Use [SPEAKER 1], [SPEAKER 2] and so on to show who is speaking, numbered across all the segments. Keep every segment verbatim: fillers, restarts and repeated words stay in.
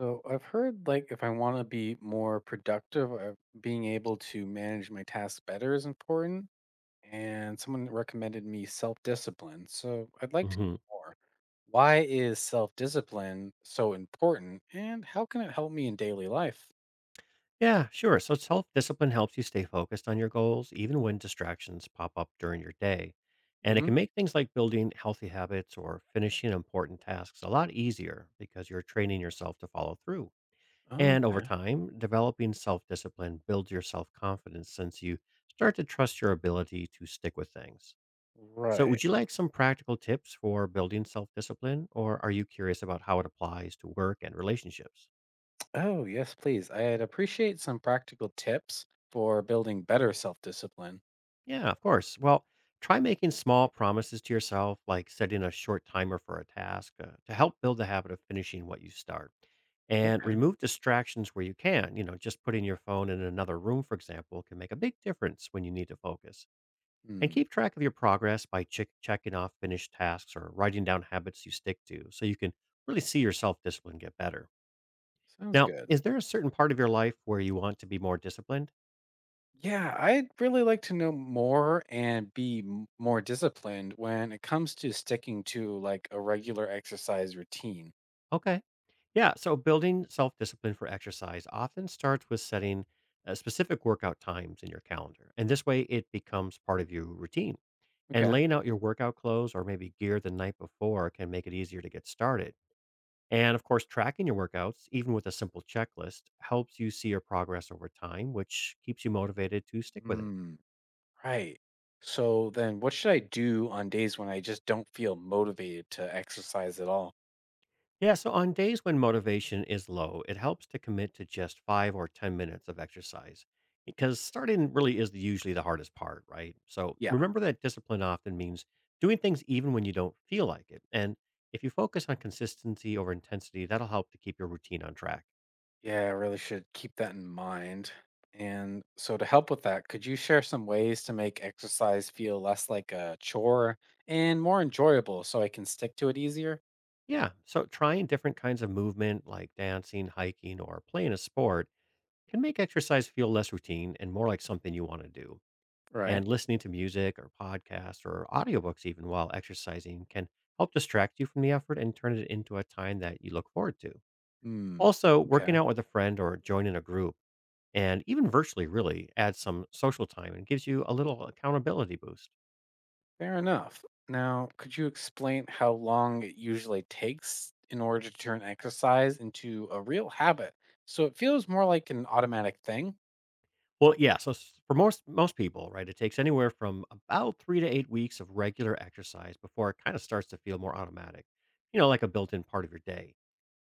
[SPEAKER 1] So I've heard, like, if I want to be more productive, uh, being able to manage my tasks better is important. And someone recommended me self discipline. So I'd like to
[SPEAKER 2] Hmm.
[SPEAKER 1] know more. Why is self discipline so important and how can it help me in daily life?
[SPEAKER 2] Yeah, sure. So self discipline helps you stay focused on your goals, even when distractions pop up during your day. And it
[SPEAKER 1] Hmm.
[SPEAKER 2] can make things like building healthy habits or finishing important tasks a lot easier because you're training yourself to follow through. And over
[SPEAKER 1] Okay.
[SPEAKER 2] time, developing self discipline builds your self confidence since you start to trust your ability to stick with things. So,
[SPEAKER 1] Right.
[SPEAKER 2] would you like some practical tips for building self discipline, or are you curious about how it applies to work and relationships?
[SPEAKER 1] Oh, yes, please. I'd appreciate some practical tips for building better self discipline.
[SPEAKER 2] Yeah, of course. Well, try making small promises to yourself, like setting a short timer for a task uh, to help build the habit of finishing what you start. And
[SPEAKER 1] Okay.
[SPEAKER 2] remove distractions where you can. You know, just putting your phone in another room, for example, can make a big difference when you need to focus. And
[SPEAKER 1] Hmm.
[SPEAKER 2] keep track of your progress by check checking off finished tasks or writing down habits you stick to so you can really see your self discipline get better.
[SPEAKER 1] Sounds
[SPEAKER 2] Now,
[SPEAKER 1] good.
[SPEAKER 2] is there a certain part of your life where you want to be more disciplined?
[SPEAKER 1] Yeah, I'd really like to know more and be m- more disciplined when it comes to sticking to, like, a regular exercise routine.
[SPEAKER 2] Okay. Yeah, so building self discipline for exercise often starts with setting uh, specific workout times in your calendar. And this way it becomes part of your routine. And
[SPEAKER 1] Okay.
[SPEAKER 2] laying out your workout clothes or maybe gear the night before can make it easier to get started. And of course, tracking your workouts, even with a simple checklist, helps you see your progress over time, which keeps you motivated to stick with it.
[SPEAKER 1] Hmm, right. So then what should I do on days when I just don't feel motivated to exercise at all?
[SPEAKER 2] Yeah, so on days when motivation is low, it helps to commit to just five or ten minutes of exercise because starting really is usually the hardest part, right? So
[SPEAKER 1] Yeah.
[SPEAKER 2] remember that discipline often means doing things even when you don't feel like it. And if you focus on consistency over intensity, that'll help to keep your routine on track.
[SPEAKER 1] Yeah, I really should keep that in mind. And so to help with that, could you share some ways to make exercise feel less like a chore and more enjoyable so I can stick to it easier?
[SPEAKER 2] Yeah, so trying different kinds of movement like dancing, hiking, or playing a sport can make exercise feel less routine and more like something you want to do.
[SPEAKER 1] Right.
[SPEAKER 2] And listening to music or podcasts or audiobooks, even while exercising, can help distract you from the effort and turn it into a time that you look forward to.
[SPEAKER 1] Hmm.
[SPEAKER 2] Also, working
[SPEAKER 1] Okay.
[SPEAKER 2] out with a friend or joining a group, and even virtually, really adds some social time and gives you a little accountability boost.
[SPEAKER 1] Fair enough. Now, could you explain how long it usually takes in order to turn exercise into a real habit so it feels more like an automatic thing?
[SPEAKER 2] Well, yeah. So s- for most most people, right, it takes anywhere from about three to eight weeks of regular exercise before it kind of starts to feel more automatic. You know, like a built-in part of your day.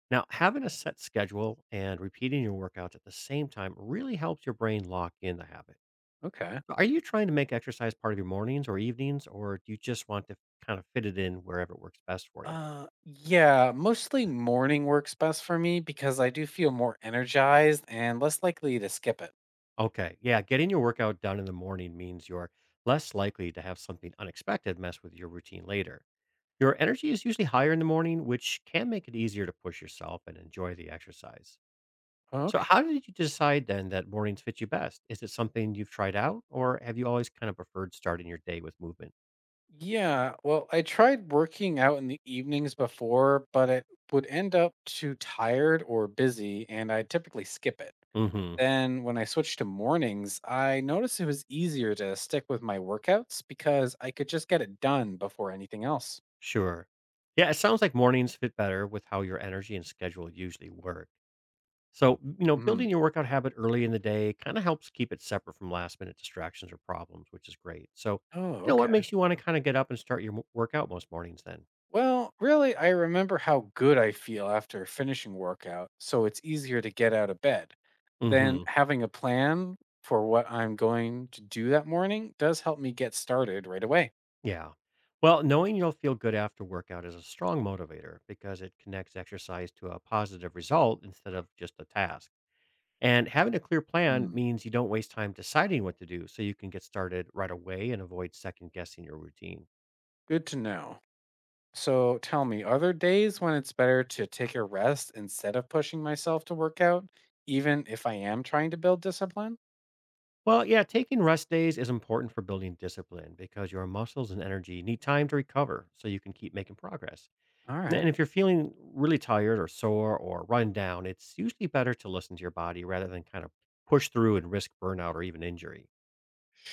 [SPEAKER 2] Now, having a set schedule and repeating your workouts at the same time really helps your brain lock in the habit.
[SPEAKER 1] Okay.
[SPEAKER 2] So, are you trying to make exercise part of your mornings or evenings, or do you just want to kind of fit it in wherever it works best for you?
[SPEAKER 1] Uh, yeah, mostly morning works best for me because I do feel more energized and less likely to skip it.
[SPEAKER 2] Okay. Yeah. Getting your workout done in the morning means you're less likely to have something unexpected mess with your routine later. Your energy is usually higher in the morning, which can make it easier to push yourself and enjoy the exercise. So,
[SPEAKER 1] Okay.
[SPEAKER 2] how did you decide then that mornings fit you best? Is it something you've tried out, or have you always kind of preferred starting your day with movement?
[SPEAKER 1] Yeah, well, I tried working out in the evenings before, but it would end up too tired or busy, and I typically skip it.
[SPEAKER 2] Hmm.
[SPEAKER 1] Then when I switched to mornings, I noticed it was easier to stick with my workouts because I could just get it done before anything else.
[SPEAKER 2] Sure. Yeah, it sounds like mornings fit better with how your energy and schedule usually work. So, you know,
[SPEAKER 1] Hmm.
[SPEAKER 2] building your workout habit early in the day kind of helps keep it separate from last minute distractions or problems, which is great. So,
[SPEAKER 1] Oh,
[SPEAKER 2] you know, what
[SPEAKER 1] okay.
[SPEAKER 2] makes you want to kind of get up and start your mo- workout most mornings then?
[SPEAKER 1] Well, really, I remember how good I feel after finishing workout, so it's easier to get out of bed. Then
[SPEAKER 2] Mm-hmm.
[SPEAKER 1] having a plan for what I'm going to do that morning does help me get started right away.
[SPEAKER 2] Yeah. Well, knowing you'll feel good after workout is a strong motivator because it connects exercise to a positive result instead of just a task. And having a clear plan
[SPEAKER 1] Hmm.
[SPEAKER 2] means you don't waste time deciding what to do so you can get started right away and avoid second guessing your routine.
[SPEAKER 1] Good to know. So tell me, are there days when it's better to take a rest instead of pushing myself to work out, even if I am trying to build discipline?
[SPEAKER 2] Well, yeah, taking rest days is important for building discipline because your muscles and energy need time to recover so you can keep making progress.
[SPEAKER 1] All right,
[SPEAKER 2] And if you're feeling really tired or sore or run down, it's usually better to listen to your body rather than kind of push through and risk burnout or even injury.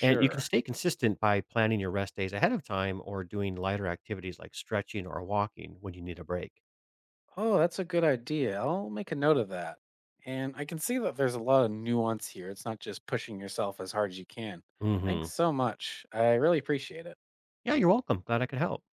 [SPEAKER 2] And you can stay consistent by planning your rest days ahead of time or doing lighter activities like stretching or walking when you need a break.
[SPEAKER 1] Oh, that's a good idea. I'll make a note of that. And I can see that there's a lot of nuance here. It's not just pushing yourself as hard as you can. Thanks
[SPEAKER 2] Hmm.
[SPEAKER 1] so much. I really appreciate it.
[SPEAKER 2] Yeah, you're welcome. Glad I could help.